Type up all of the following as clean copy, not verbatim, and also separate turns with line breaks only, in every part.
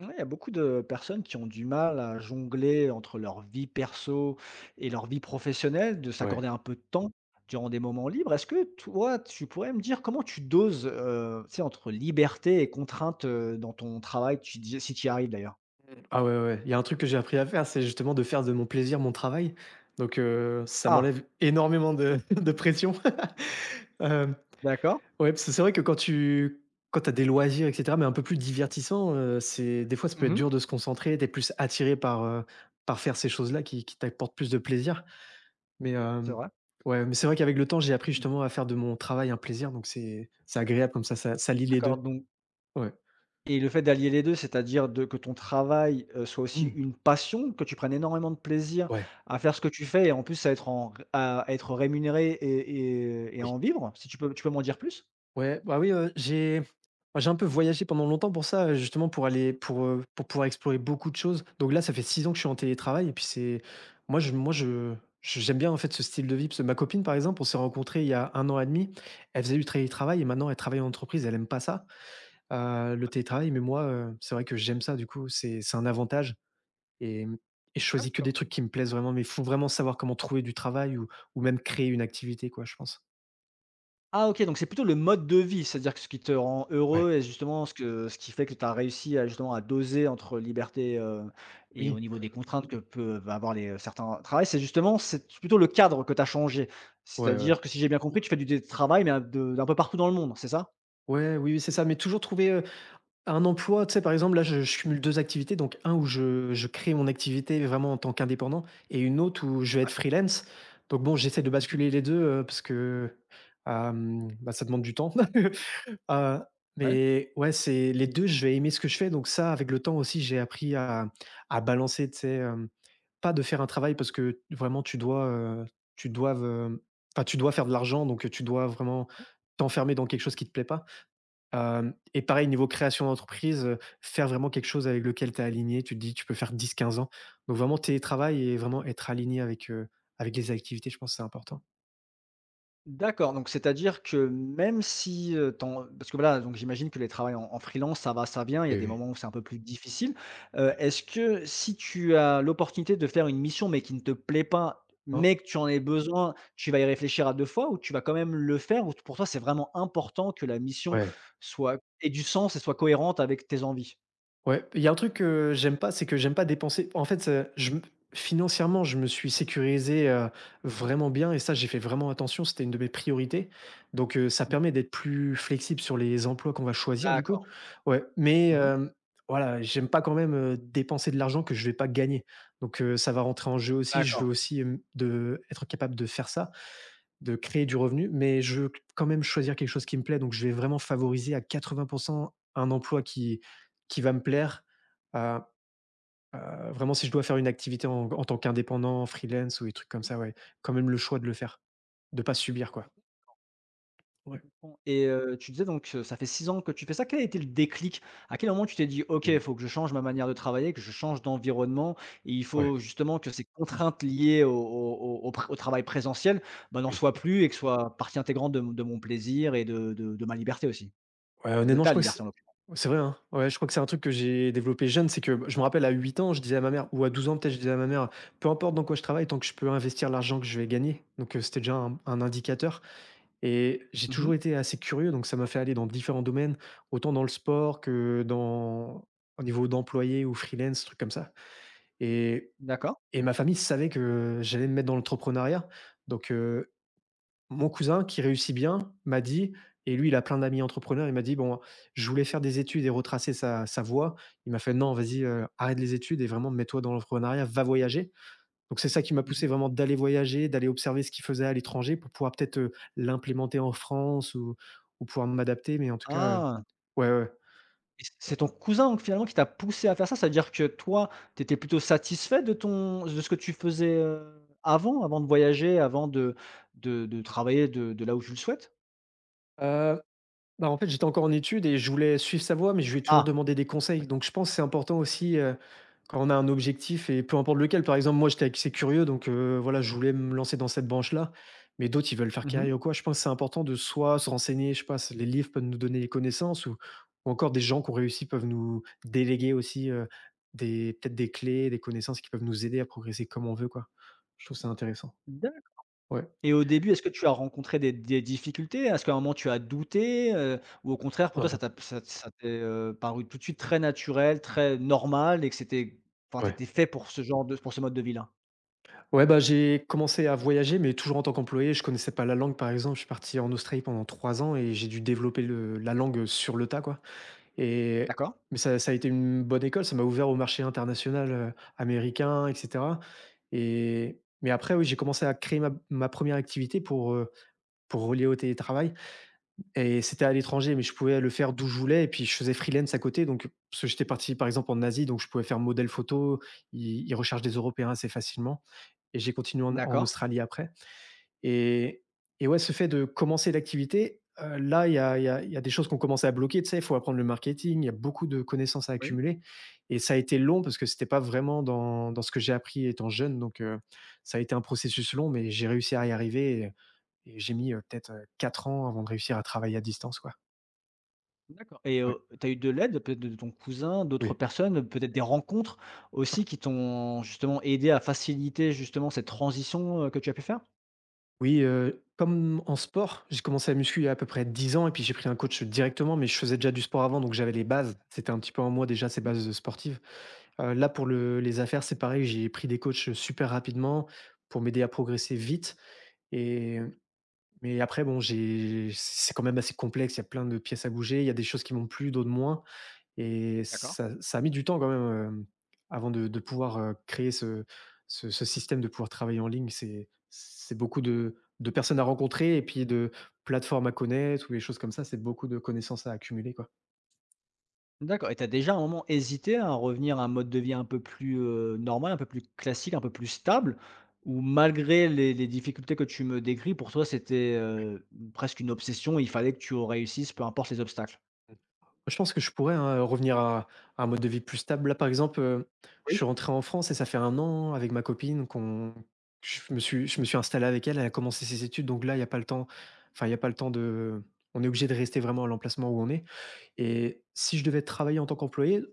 Ouais, il y a beaucoup de personnes qui ont du mal à jongler entre leur vie perso et leur vie professionnelle, de
Ouais.
s'accorder un peu de temps durant des moments libres. Est-ce que toi, tu pourrais me dire comment tu doses, tu sais, entre liberté et contrainte dans ton travail, tu dis, si tu y arrives d'ailleurs?
Ah ouais, ouais, ouais. Il y a un truc que j'ai appris à faire, c'est justement de faire de mon plaisir mon travail. Donc, ça
Ah,
m'enlève énormément de de pression. Hem,
d'accord.
ouais, parce que c'est vrai que quand tu quand t'as des loisirs et cetera, mais un peu plus divertissants, c'est des fois, ça peut être dur
Mhm.
de se concentrer. T'es plus attiré par faire ces choses-là qui t'apportent plus de plaisir. Mais,
C'est vrai.
ouais, mais c'est vrai qu'avec le temps, j'ai appris justement à faire de mon travail un plaisir, donc c'est agréable comme ça, ça lie les
D'accord.
2.
Donc.
Ouais.
Et le fait d'allier les 2, c'est-à-dire de que ton travail, soit aussi
Mmh.
une passion, que tu prennes énormément de plaisir
Ouais,
à faire ce que tu fais et en plus à être en à être rémunéré et à en
oui.
vivre, si tu peux m'en dire plus?
Ouais, bah oui, j'ai moi, j'ai un peu voyagé pendant longtemps pour ça, justement pour pouvoir explorer beaucoup de choses. Donc là, ça fait 6 ans que je suis en télétravail et puis c'est moi je j'aime bien en fait ce style de vie parce que ma copine, par exemple, on s'est rencontrés il y a 1 an et demi. Elle faisait du télétravail et maintenant elle travaille en entreprise, elle aime pas ça, le
Ouais,
télétravail, mais moi, c'est vrai que j'aime ça du coup, c'est un avantage. Et et je choisis que des
d'accord.
trucs qui me plaisent vraiment, mais il faut vraiment savoir comment trouver du travail ou même créer une activité quoi, je pense.
Ah, OK, donc c'est plutôt le mode de vie, c'est-à-dire que ce qui te rend
Ouais,
heureux et justement ce qui fait que tu as réussi à justement à doser entre liberté, et
oui.
au niveau des contraintes que peuvent avoir les, certains travails, c'est plutôt le cadre que tu as changé.
Ouais, ouais.
C'est-à-dire que si j'ai bien compris, tu fais du travail, mais un de d'un peu partout dans le monde, c'est ça?
Ouais, oui, oui, c'est ça, mais toujours trouver, un emploi, tu sais. Par exemple, là, je cumule 2 activités, donc un où je crée mon activité vraiment en tant qu'indépendant, et une autre où je vais être freelance. Donc bon, j'essaie de basculer les deux, parce que, bah, ça demande du temps. Heu,
Ouais.
mais ouais, c'est les 2. Je vais aimer ce que je fais, donc ça, avec le temps aussi, j'ai appris à balancer, tu sais, pas de faire un travail parce que vraiment tu dois hem, enfin, tu dois faire de l'argent, donc tu dois vraiment t'enfermer dans quelque chose qui te plaît pas. Hem et pareil niveau création d'entreprise, faire vraiment quelque chose avec lequel tu es aligné. Tu te dis: «Tu peux faire 10, 15 ans». Donc vraiment télétravail et vraiment être aligné avec les activités, je pense que c'est important.
D'accord, donc c'est-à-dire que même si, ton parce que voilà, donc j'imagine que les travails en freelance, ça va, ça vient, il y a
Oui,
des
oui.
moments où c'est un peu plus difficile.
Ouais.
Est-ce que si tu as l'opportunité de faire une mission, mais qui ne te plaît pas,
Hein?
mais que tu en aies besoin, tu vas y réfléchir à 2 fois ou tu vas quand même le faire? Ou t Pour toi, c'est vraiment important que la mission
Ouais.
soit ait du sens et soit cohérente avec tes envies?
Ouais, il y a un truc que j'aime pas, c'est que j'aime pas dépenser. En fait, je me financièrement, je me suis sécurisé, vraiment bien et ça, j'ai fait vraiment attention, c'était une de mes priorités. Donc, ça
Mmh.
permet d'être plus flexible sur les emplois qu'on va choisir du
D'accord.
coup. Ouais, mais,
Mmh.
voilà, j'aime pas quand même, dépenser de l'argent que je vais pas gagner. Donc, ça va rentrer en jeu aussi. Je
D'accord.
veux aussi, de être capable de faire ça, de créer du revenu, mais je veux quand même choisir quelque chose qui me plaît, donc je vais vraiment favoriser à 80 un emploi qui va me plaire. Heu, vraiment si je dois faire une activité en tant qu'indépendant, freelance ou des trucs comme ça, ouais, quand même le choix de le faire, de pas subir quoi. Ouais.
Bon, tu disais, ça fait 6 ans que tu fais ça. Quel a été le déclic? À quel moment tu t'es dit: «OK, il faut que je change ma manière de travailler, que je change d'environnement, et il
Ouais,
faut justement que ces contraintes liées au travail présentiel, ben n'en
oui.
soient plus et que soient partie intégrante de mon plaisir et de ma liberté aussi».
Ouais,
Enfin, de
honnêtement, je
ta
crois que c'est
liberté en l'occurrence.
c'est vrai, hein. Ouais, je crois que c'est un truc que j'ai développé jeune. C'est que je me rappelle à 8 ans, je disais à ma mère, ou à 12 ans peut-être, je disais à ma mère: «Peu importe dans quoi je travaille, tant que je peux investir l'argent que je vais gagner». Donc, c'était déjà un indicateur. Et j'ai
Mmh.
toujours été assez curieux, donc ça m'a fait aller dans différents domaines, autant dans le sport que dans au niveau d'employé ou freelance, trucs comme ça. Et
D'accord.
et ma famille savait que j'allais me mettre dans l'entrepreneuriat. Donc, mon cousin qui réussit bien m'a dit, et lui, il a plein d'amis entrepreneurs, il m'a dit: «Bon, je voulais faire des études et retracer sa voie». Il m'a fait: «Non, vas-y, arrête les études et vraiment mets-toi dans l'entrepreneuriat, va voyager». Donc c'est ça qui m'a poussé
Mmh.
vraiment d'aller voyager, d'aller observer ce qu'ils faisaient à l'étranger pour pouvoir peut-être, l'implémenter en France ou pouvoir m'adapter, mais en tout cas,
Ah!
ouais, ouais, ouais.
Et c'est ton cousin donc finalement qui t'a poussé à faire ça? C'est à dire que toi, tu étais plutôt satisfait de ce que tu faisais, avant de voyager, avant de travailler de là où tu le souhaites?
Bah, en fait, j'étais encore en études et je voulais suivre sa voie, mais je lui ai toujours
Ah,
demandé des conseils.
d'accord.
Donc, je pense que c'est important aussi, quand on a un objectif et peu importe lequel. Par exemple, moi, j'étais assez curieux, donc, voilà, je voulais me lancer dans cette branche-là, mais d'autres, ils veulent faire
Mmh.
carrière ou quoi. Je pense que c'est important de soit se renseigner, je sais pas, les livres peuvent nous donner les connaissances, ou encore des gens qui ont réussi peuvent nous déléguer aussi, des peut-être des clés, des connaissances qui peuvent nous aider à progresser comme on veut, quoi. Je trouve ça intéressant.
D'ac
Ouais.
Et au début, est-ce que tu as rencontré des difficultés? Est-ce qu'à un moment tu as douté, ou au contraire pour toi ça
Mmh.
t'a ça ça t'est, paru tout de suite très naturel, très normal et que c'était, enfin,
Ouais.
tu fait pour ce mode de vie-là?
Ouais, bah, j'ai commencé à voyager, mais toujours en tant qu'employé. Je connaissais pas la langue, par exemple. Je suis parti en Australie pendant 3 ans et j'ai dû développer le la langue sur le tas, quoi, et
D'accord,
mais ça a été une bonne école. Ça m'a ouvert au marché international, américain et cetera, mais après, oui, j'ai commencé à créer ma première activité pour relier au télétravail, et c'était à l'étranger, mais je pouvais le faire d'où je voulais, et puis je faisais freelance à côté, donc parce que j'étais parti, par exemple, en Asie, donc je pouvais faire modèle photo. Ils recherchent des Européens assez facilement, et j'ai continué en
d'accord.
Australie après. Et et ouais, ce fait de commencer l'activité, là, il y a il y a il y a des choses qu'on commençait à bloquer, tu sais? Il faut apprendre le marketing, il y a beaucoup de connaissances à accumuler, et ça a été long parce que c'était pas vraiment dans ce que j'ai appris étant jeune, donc, ça a été un processus long, mais j'ai réussi à y arriver. Et j'ai mis, peut-être, 4 ans avant de réussir à travailler à distance, quoi.
Et
Ouais,
tu as eu de l'aide peut-être de ton cousin, d'autres
oui.
personnes, peut-être des rencontres aussi qui t'ont justement aidé à faciliter justement cette transition, que tu as pu faire?
Oui, comme en sport, j'ai commencé à muscu il y a à peu près 10 ans et puis j'ai pris un coach directement, mais je faisais déjà du sport avant, donc j'avais les bases. C'était un petit peu en moi déjà, ces
Mmh.
bases sportives. Là pour le les affaires, c'est pareil, j'ai pris des coachs super rapidement pour m'aider à progresser vite. et mais après bon, j'ai c'est quand même assez complexe, il y a plein de pièces à bouger, il y a des choses qui m'ont plu, d'autres moins. Et
D'accord.
ça a mis du temps quand même, avant de pouvoir, créer ce système de pouvoir travailler en ligne. C'est beaucoup de personnes à rencontrer et puis de plateformes à connaître ou des choses comme ça. C'est beaucoup de connaissances à accumuler, quoi.
D'accord, et tu as déjà à un moment hésité à revenir à un mode de vie un peu plus, normal, un peu plus classique, un peu plus stable? Ou malgré les difficultés que tu me décris, pour toi c'était, presque une obsession, il fallait que tu réussisses peu importe les obstacles?
Je pense que je pourrais, hein, revenir à un mode de vie plus stable. Là, par exemple, je suis
Oui.
rentré en France et ça fait 1 an avec ma copine qu'on je me suis installé avec elle. Elle a commencé ses études, donc là, il y a pas le temps, enfin, il y a pas le temps de, on est obligé de rester vraiment à l'emplacement où on est. Et si je devais travailler en tant qu'employé,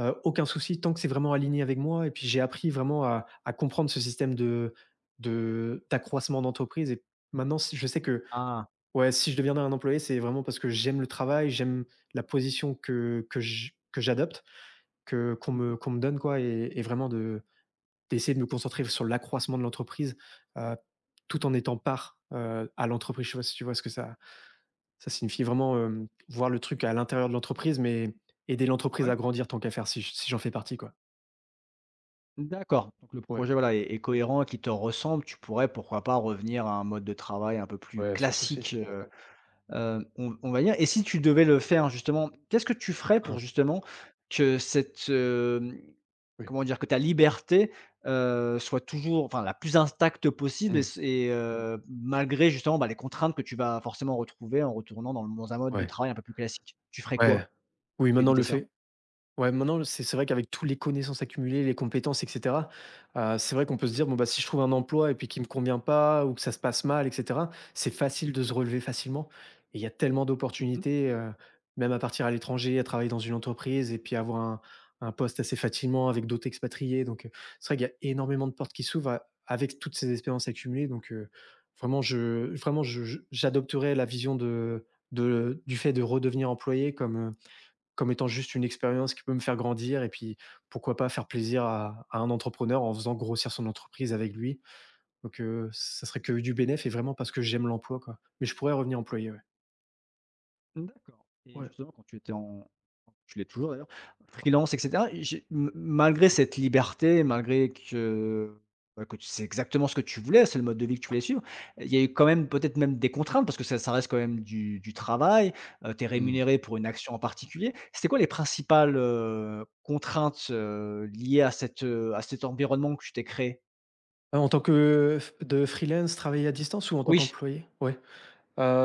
aucun souci tant que c'est vraiment aligné avec moi, et puis j'ai appris vraiment à comprendre ce système de d'accroissement d'entreprise. Et maintenant, si je sais que,
Ah.
ouais, si je deviendrais un employé, c'est vraiment parce que j'aime le travail, j'aime la position que j'adopte, que
Mmh.
qu'on me donne, quoi, et vraiment de d'essayer de me concentrer sur l'accroissement de l'entreprise, heu, tout en étant part, à l'entreprise. Je sais pas si tu vois ce que ça signifie vraiment, voir le truc à l'intérieur de l'entreprise, mais aider l'entreprise
Ouais.
à grandir tant qu'à faire si j'en fais partie, quoi.
D'accord. Donc le
Ouais.
projet, voilà, est cohérent et qui te ressemble. Tu pourrais, pourquoi pas, revenir à un mode de travail un peu plus
Ouais, sans souci.
classique, on va dire. Et si tu devais le faire, justement, qu'est-ce que tu ferais pour
Hein,
justement que cette,
oui.
comment dire, que ta liberté soit toujours, enfin, la plus intacte possible, et
Mmh.
malgré justement, bah, les contraintes que tu vas forcément retrouver en retournant dans un mode de
Ouais,
travail un peu plus classique. Tu ferais
ouais.
quoi?
Oui, maintenant
Éviter
le
ça?
fait... Ouais, maintenant, c'est vrai qu'avec toutes les connaissances accumulées, les compétences, et cetera, c'est vrai qu'on peut se dire: «Bon, bah, si je trouve un emploi et puis qui me convient pas ou que ça se passe mal, et cetera», c'est facile de se relever facilement et il y a tellement
Mmh.
d'opportunités, même à partir à l'étranger, à travailler dans une entreprise et puis avoir un poste assez facilement avec d'autres expatriés donc c'est vrai qu'il y a énormément de portes qui s'ouvrent a avec toutes ces expériences accumulées donc vraiment je j'adopterais la vision de du fait de redevenir employé comme, comme étant juste une expérience qui peut me faire grandir et puis pourquoi pas faire plaisir à un entrepreneur en faisant grossir son entreprise avec lui. Donc ça serait que du bénéf et vraiment parce que j'aime l'emploi, quoi. Mais je pourrais revenir employé, ouais.
D'accord, et
Ouais,
justement quand tu étais en tu l'es toujours d'ailleurs, freelance et cetera, j'ai m malgré
oui.
cette liberté, malgré que, bah, que tu sais exactement ce que tu voulais, c'est le mode de vie que tu voulais suivre, il y a eu quand même peut-être même des contraintes parce que ça reste quand même du travail, tu es
Mmh.
rémunéré pour une action en particulier. C'était quoi les principales, contraintes, liées à cet environnement que tu t'es créé?
En tant que f de freelance, travailler à distance ou en tant
Oui.
qu'employé? Ouais.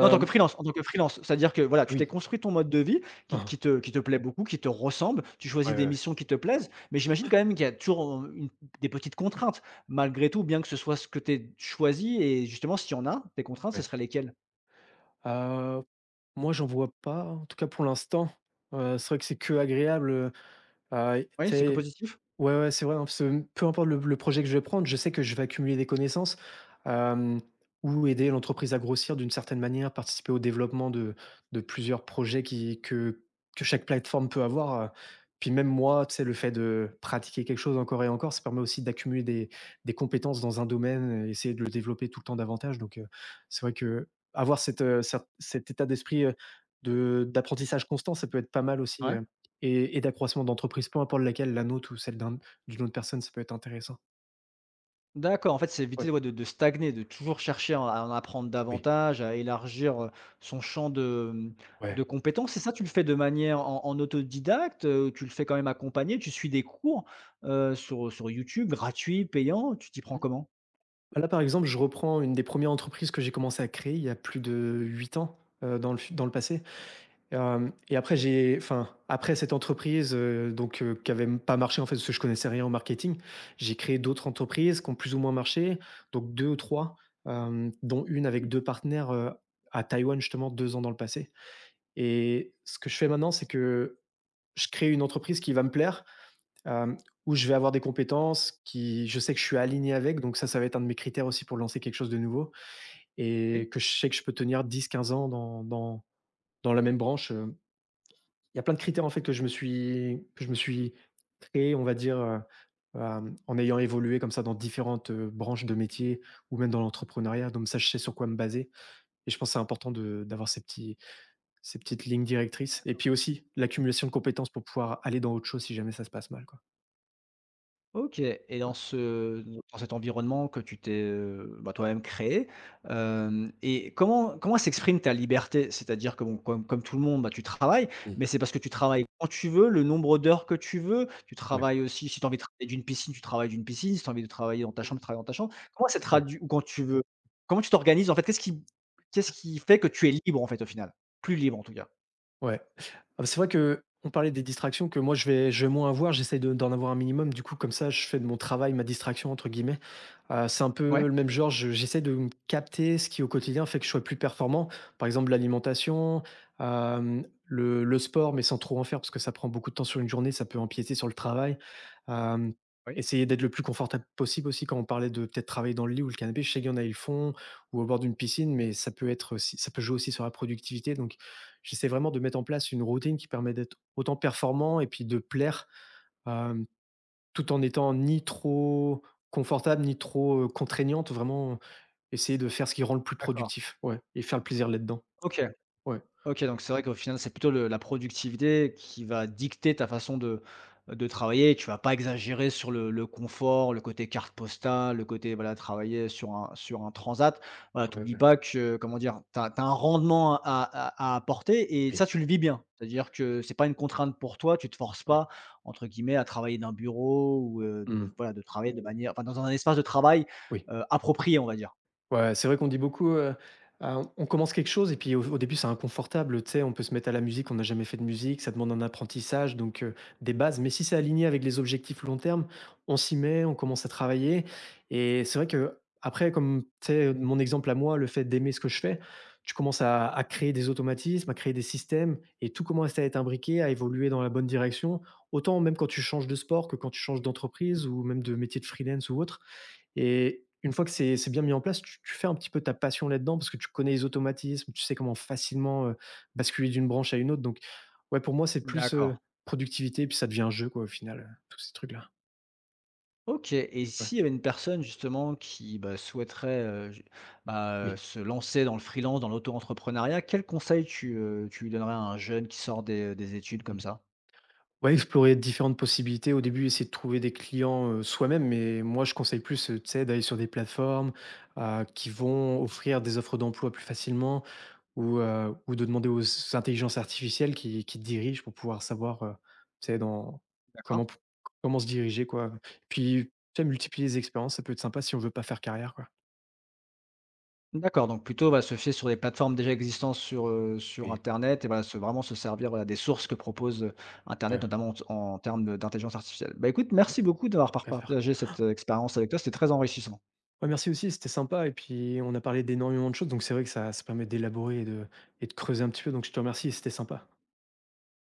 Non, en tant que freelance. C'est-à-dire que voilà,
ah
tu t'es
oui.
construit ton mode de vie
Hein,
qui
hein.
qui te qui te plaît beaucoup, qui te ressemble, tu
Ouais,
choisis
ouais,
des
ouais.
missions qui te plaisent, mais j'imagine quand même qu'il y a toujours, une des petites contraintes malgré tout, bien que ce soit ce que tu aies choisi, et justement s'il y en a, tes contraintes, ce
Ouais.
serait lesquelles?
Heu, moi, j'en vois pas, en tout cas pour l'instant. C'est vrai que c'est que agréable, tu
Oui, c'est que
sais...
positif?
Ouais, ouais, c'est vrai, hein, parce que peu importe le projet que je vais prendre, je sais que je vais accumuler des connaissances, hem, ou aider l'entreprise à grossir d'une certaine manière, participer au développement de plusieurs projets qui que chaque plateforme peut avoir, puis même moi, tu sais, le fait de pratiquer quelque chose encore et encore, ça permet aussi d'accumuler des compétences dans un domaine et essayer de le développer tout le temps davantage, donc c'est vrai qu'avoir cette, cet état d'esprit, de d'apprentissage constant, ça peut être pas mal aussi,
Ouais.
et d'accroissement d'entreprise, peu importe laquelle, la nôtre ou celle d'une autre personne, ça peut être intéressant.
D'accord, en fait, c'est
Ouais.
éviter, ouais, de stagner, de toujours chercher à en apprendre
Oui,
davantage, à élargir, son champ de
ouais.
compétences, et ça, tu le fais de manière en autodidacte, tu le fais quand même accompagné, tu suis des cours, sur YouTube, gratuits, payants, tu t'y prends
Mmh.
comment?
Bah, là, par exemple, je reprends une des premières entreprises que j'ai commencé à créer il y a plus de 8 ans, dans le fu dans le passé. Hem, et après j'ai... enfin, après cette entreprise, donc qui avait pas marché, en fait, parce que je connaissais rien au marketing, j'ai créé d'autres entreprises qui ont plus ou moins marché, donc 2 ou 3, hem, dont une avec
Oui,
2 partenaires, à Taïwan, justement, 2 ans dans le passé, et ce que je fais maintenant, c'est que je crée une entreprise qui va me plaire, euh, où je vais avoir des compétences qui, je sais que je suis aligné avec, donc ça va être un de mes critères aussi pour lancer quelque chose de nouveau et
oui.
que je sais que je peux tenir 10, 15 ans dans, dans, dans la même branche. Il y a plein de critères en fait que je me suis créé, on va dire, euh, en ayant évolué comme ça dans différentes branches de métier ou même dans l'entrepreneuriat. Donc ça, je sais sur quoi me baser. Et je pense que c'est important d'avoir ces petites lignes directrices. Et puis aussi l'accumulation de compétences pour pouvoir aller dans autre chose si jamais ça se passe mal. Quoi.
OK, et dans cet environnement que tu t'es, bah, toi-même créé, hem et comment s'exprime ta liberté? C'est-à-dire que bon, comme tout le monde, bah, tu travailles,
Mmh.
mais c'est parce que tu travailles quand tu veux, le nombre d'heures que tu veux, tu
Ouais.
travailles aussi si tu as envie de travailler d'une piscine, tu travailles d'une piscine, si tu as envie de travailler dans ta
Mmh.
chambre, tu travailles dans ta chambre. Comment ça
Ouais.
traduit, ou quand tu veux? Comment tu t'organises en fait? Qu'est-ce qui fait que tu es libre en fait, au final? Plus libre en tout cas?
Ouais. Ah bah, c'est vrai que on parlait des distractions que moi je vais moins avoir, j'essaye de d'en avoir un minimum. Du coup, comme ça, je fais de mon travail «ma distraction» entre guillemets. C'est un peu
Ouais?
le même genre, je j'essaie de me capter ce qui au quotidien fait que je sois plus performant. Par exemple, l'alimentation, hem, le sport, mais sans trop en faire parce que ça prend beaucoup de temps sur une journée, ça peut empiéter sur le travail. Hem,
Oui.
essayer d'être le plus confortable possible aussi, quand on parlait de peut-être travailler dans le lit ou le canapé, je sais qu'il y en a, ils le font, ou au bord d'une piscine,
Mmh.
mais ça peut être aussi ça peut jouer aussi sur la productivité donc... J'essaie vraiment de mettre en place une routine qui permet d'être autant performant et puis de plaire, hem, tout en étant ni trop confortable, ni trop, contraignante. Vraiment essayer de faire ce qui rend le plus
D'accord.
productif, ouais, et faire le plaisir là-dedans.
OK.
Ouais.
OK, donc c'est vrai qu'au final, c'est plutôt le la productivité qui va dicter ta façon de travailler. Tu vas pas exagérer sur le confort, le côté carte postale, le côté, voilà, travailler sur un transat. Voilà,
Ouais,
t'oublies
ouais,
pas que, comment dire? Tu as un rendement à apporter, et ça,
oui.
tu le vis bien. C'est-à-dire que c'est pas une contrainte pour toi, tu te forces
Ah.
pas, entre guillemets, à travailler d'un bureau, ou, de
Mmh.
voilà, de travailler de manière, enfin, dans un espace de travail,
Oui.
appropriée, on va dire.
Ouais, c'est vrai qu'on dit beaucoup, ah, on commence quelque chose et puis au début, c'est inconfortable, tu sais? On peut se mettre à la musique, on n'a jamais fait de musique, ça demande un apprentissage, donc des bases, mais si c'est aligné avec les objectifs long terme, on s'y met, on commence à travailler et c'est vrai que après, comme tu sais, mon exemple à moi, le fait d'aimer ce que je fais, tu commences à créer des automatismes, à créer des systèmes et tout commence à être imbriqué, à évoluer dans la bonne direction. Autant même quand tu changes de sport que quand tu changes d'entreprise ou même de métier de freelance ou autre, et une fois que c'est bien mis en place, tu fais un petit peu ta passion là-dedans parce que tu connais les automatismes, tu sais comment facilement, basculer d'une branche à une autre donc ouais, pour moi, c'est plus,
D'accord.
productivité, puis ça devient un jeu quoi, au final, tous ces trucs-là.
OK, et
Ouais.
s'il y avait une personne justement qui, bah, souhaiterait,
Oui.
se lancer dans le freelance, dans l'auto-entrepreneuriat, quel conseil tu lui donnerais à un jeune qui sort des études
Mmh.
comme ça?
Ouais, explorer différentes possibilités au début, essayer de trouver des clients, soi-même, mais moi, je conseille plus, tu sais, d'aller sur des plateformes, qui vont offrir des offres d'emploi plus facilement, ou, ou de demander aux intelligences artificielles qui te dirigent pour pouvoir savoir, tu sais, dans...
D'accord.
comment p comment se diriger, quoi. Puis, tu sais, multiplier les expériences, ça peut être sympa si on veut pas faire carrière, quoi.
D'accord, donc plutôt, va se fier sur des plateformes déjà existantes sur
Oui,
internet, et voilà, se vraiment se servir, voilà, des sources que propose, internet,
ouais.
notamment en termes de d'intelligence artificielle. Bah, écoute, merci beaucoup d'avoir
Tant qu'à faire.
partagé cette, expérience avec toi, c'était très enrichissant.
Ouais, merci aussi, c'était sympa et puis on a parlé d'énormément de choses, donc c'est vrai que ça ça permet d'élaborer et de creuser un petit peu, donc je te remercie, c'était sympa.